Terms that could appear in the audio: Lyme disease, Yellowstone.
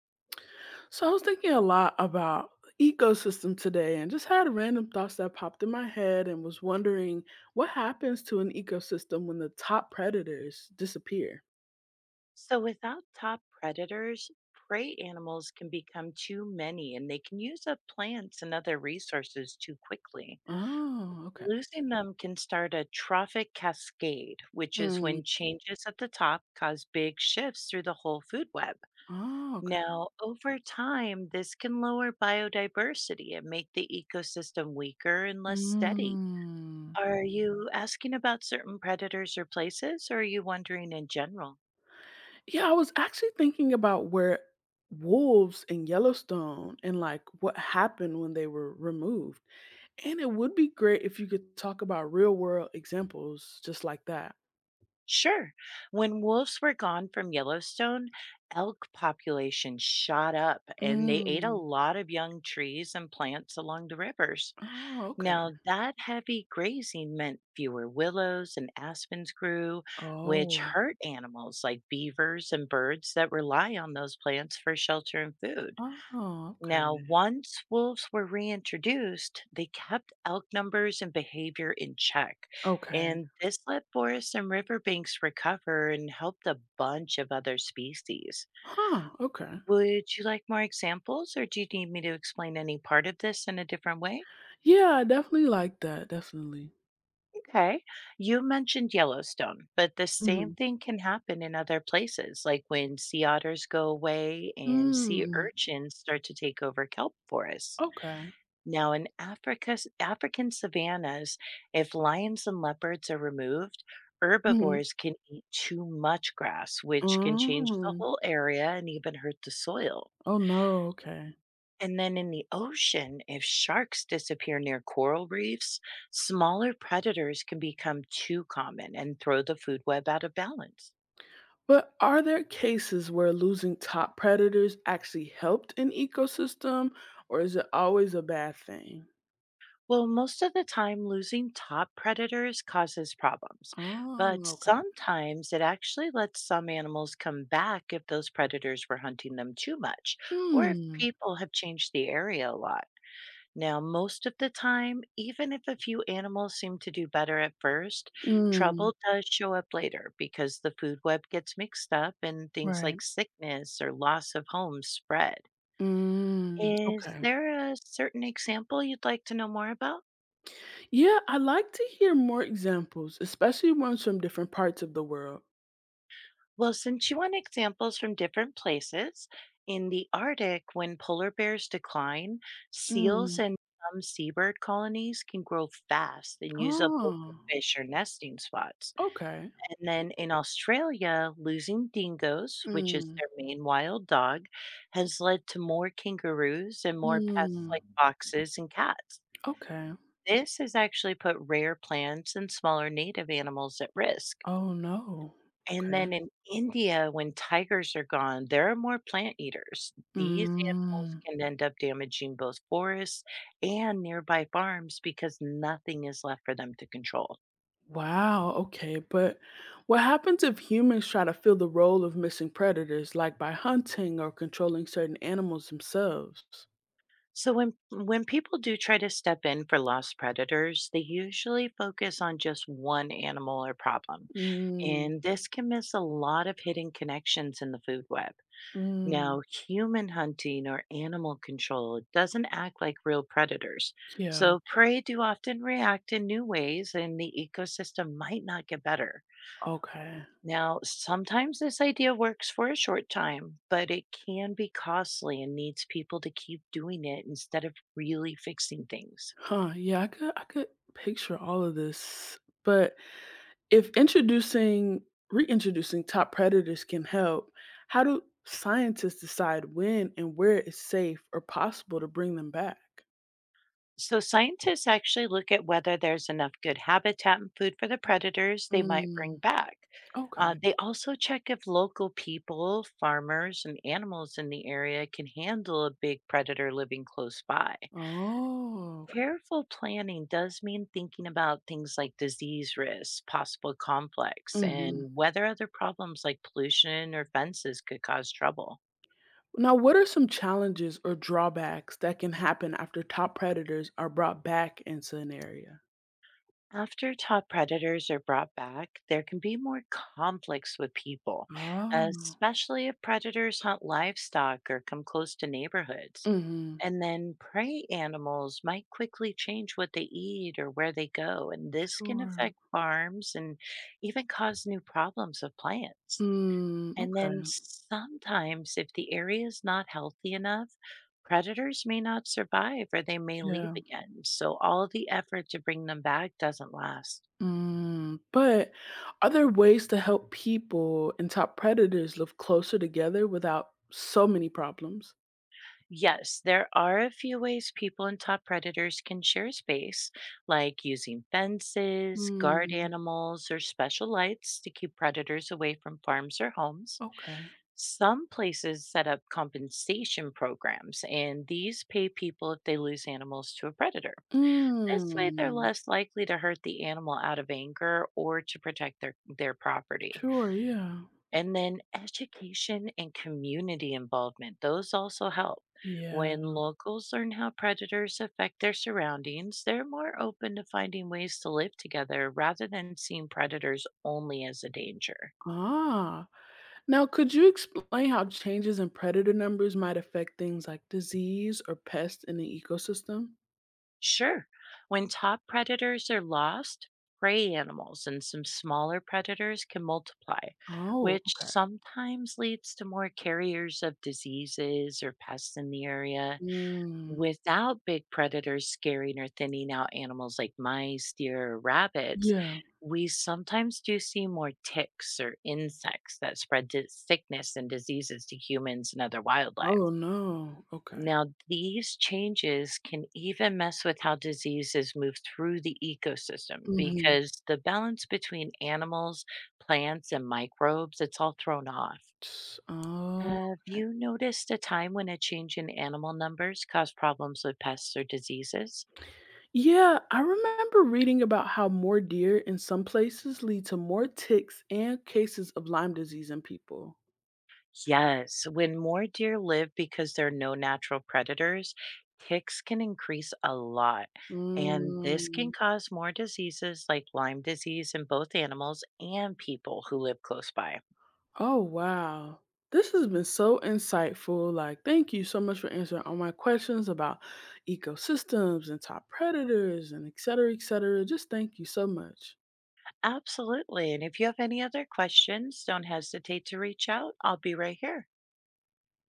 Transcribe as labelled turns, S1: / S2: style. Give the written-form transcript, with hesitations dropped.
S1: So I was thinking a lot about the ecosystem today and just had random thoughts that popped in my head and was wondering what happens to an ecosystem when the top predators disappear.
S2: So, without top predators, prey animals can become too many and they can use up plants and other resources too quickly.
S1: Oh, okay.
S2: Losing them can start a trophic cascade, which is
S1: Mm.
S2: when changes at the top cause big shifts through the whole food web.
S1: Oh, okay.
S2: Now, over time, this can lower biodiversity and make the ecosystem weaker and less steady.
S1: Mm.
S2: Are you asking about certain predators or places, or are you wondering in general?
S1: Yeah, I was actually thinking about where wolves in Yellowstone and like what happened when they were removed. And it would be great if you could talk about real world examples just like that.
S2: Sure. When wolves were gone from Yellowstone, elk populations shot up and they ate a
S1: Mm.
S2: lot of young trees and plants along the rivers.
S1: Oh, okay.
S2: Now, that heavy grazing meant fewer willows and aspens grew, which
S1: Oh.
S2: hurt animals like beavers and birds that rely on those plants for shelter and food.
S1: Oh,
S2: Now,
S1: okay.
S2: once wolves were reintroduced, they kept elk numbers and behavior in check.
S1: Okay.
S2: And this let forests and riverbanks recover and helped a bunch of other species.
S1: Huh, okay.
S2: Would you like more examples, or do you need me to explain any part of this in a different way?
S1: Yeah, I definitely like that, definitely.
S2: Okay. You mentioned Yellowstone, but the same
S1: Mhm.
S2: thing can happen in other places, like when sea otters go away and sea
S1: Mm,
S2: urchins start to take over kelp forests.
S1: okay.
S2: Now, in Africa's, African savannas, if lions and leopards are removed,
S1: Mhm.
S2: herbivores can eat too much grass, which can change the
S1: Mm.
S2: whole area and even hurt the soil.
S1: Oh, no, okay.
S2: And then in the ocean, if sharks disappear near coral reefs, smaller predators can become too common and throw the food web out of balance.
S1: But are there cases where losing top predators actually helped an ecosystem, or is it always a bad thing?
S2: Well, most of the time, losing top predators causes problems, but
S1: Oh, okay.
S2: sometimes it actually lets some animals come back if those predators were hunting them too much, or if
S1: Hmm.
S2: people have changed the area a lot. Now, most of the time, even if a few animals seem to do better at first,
S1: Mm.
S2: trouble does show up later because the food web gets mixed up and things like
S1: Right.
S2: sickness or loss of home spread.
S1: Mm,
S2: Is
S1: okay.
S2: there a certain example you'd like to know more about?
S1: Yeah, I like to hear more examples, especially ones from different parts of the world.
S2: Well, since you want examples from different places, in the Arctic, when polar bears decline, seals
S1: Mm.
S2: and some seabird colonies can grow fast and use up local
S1: Oh,
S2: fish or nesting spots.
S1: okay.
S2: And then in Australia, losing dingoes, which is
S1: Mm.
S2: their main wild dog, has led to more kangaroos and more pests
S1: Mm.
S2: like foxes and cats.
S1: Okay.
S2: This has actually put rare plants and smaller native animals at risk.
S1: Oh, no.
S2: And then
S1: Okay.
S2: in India, when tigers are gone, there are more plant eaters. These animals
S1: Mm.
S2: can end up damaging both forests and nearby farms because nothing is left for them to control.
S1: Wow. Okay. But what happens if humans try to fill the role of missing predators, like by hunting or controlling certain animals themselves?
S2: So when people do try to step in for lost predators, they usually focus on just one animal or problem.
S1: Mm.
S2: And this can miss a lot of hidden connections in the food web. Now,
S1: Mm.
S2: human hunting or animal control doesn't act like real predators,
S1: Yeah.
S2: so prey do often react in new ways and the ecosystem might not get better.
S1: Okay.
S2: Now, sometimes this idea works for a short time, but it can be costly and needs people to keep doing it instead of really fixing things.
S1: Huh. Yeah, I could picture all of this. But If introducing reintroducing top predators can help, how do scientists decide when and where it's safe or possible to bring them back?
S2: So, scientists actually look at whether there's enough good habitat and food for the predators they might bring
S1: Mm,
S2: back.
S1: okay.
S2: They also check if local people, farmers, and animals in the area can handle a big predator living close by.
S1: Oh, okay.
S2: Careful planning does mean thinking about things like disease risks, possible conflicts,
S1: Hmm.
S2: and whether other problems like pollution or fences could cause trouble.
S1: Now, what are some challenges or drawbacks that can happen after top predators are brought back into an area?
S2: After top predators are brought back, there can be more conflicts with people,
S1: Oh,
S2: especially if predators hunt livestock or come close to neighborhoods.
S1: hmm,
S2: And then prey animals might quickly change what they eat or where they go, and this can
S1: sure.
S2: affect farms and even cause new problems with plants.
S1: Mm,
S2: And then
S1: okay.
S2: sometimes, if the area is not healthy enough, predators may not survive or they may leave
S1: Yeah.
S2: again. So, all the effort to bring them back doesn't last.
S1: Mm, but are there ways to help people and top predators live closer together without so many problems?
S2: Yes, there are a few ways people and top predators can share space, like using fences, guard
S1: Mm,
S2: animals, or special lights to keep predators away from farms or homes.
S1: okay.
S2: Some places set up compensation programs, and these pay people if they lose animals to a predator. This way, they're
S1: Mm,
S2: less likely to hurt the animal out of anger or to protect their property.
S1: sure, yeah.
S2: And then education and community involvement, those also help. When
S1: Yeah.
S2: locals learn how predators affect their surroundings, they're more open to finding ways to live together rather than seeing predators only as a danger.
S1: Ah. Now, could you explain how changes in predator numbers might affect things like disease or pests in the ecosystem?
S2: Sure, when top predators are lost, prey animals and some smaller predators can multiply,
S1: Oh,
S2: which
S1: okay.
S2: sometimes leads to more carriers of diseases or pests in the area.
S1: Mm,
S2: Without big predators scaring or thinning out animals like mice, deer, or rabbits,
S1: yeah.
S2: we sometimes do see more ticks or insects that spread sickness and diseases to humans and other wildlife.
S1: Oh, no. Okay.
S2: Now, these changes can even mess with how diseases move through the ecosystem
S1: Mm-hmm.
S2: because the balance between animals, plants, and microbes, it's all thrown off.
S1: Oh.
S2: Have you noticed a time when a change in animal numbers caused problems with pests or diseases?
S1: Yeah, I remember reading about how more deer in some places lead to more ticks and cases of Lyme disease in people.
S2: Yes, when more deer live because there are no natural predators, ticks can increase a lot. And this can
S1: Mm.
S2: cause more diseases like Lyme disease in both animals and people who live close by.
S1: Oh, wow. This has been so insightful. Like, thank you so much for answering all my questions about ecosystems and top predators and et cetera, et cetera. Just thank you so much.
S2: Absolutely. And if you have any other questions, don't hesitate to reach out. I'll be right here.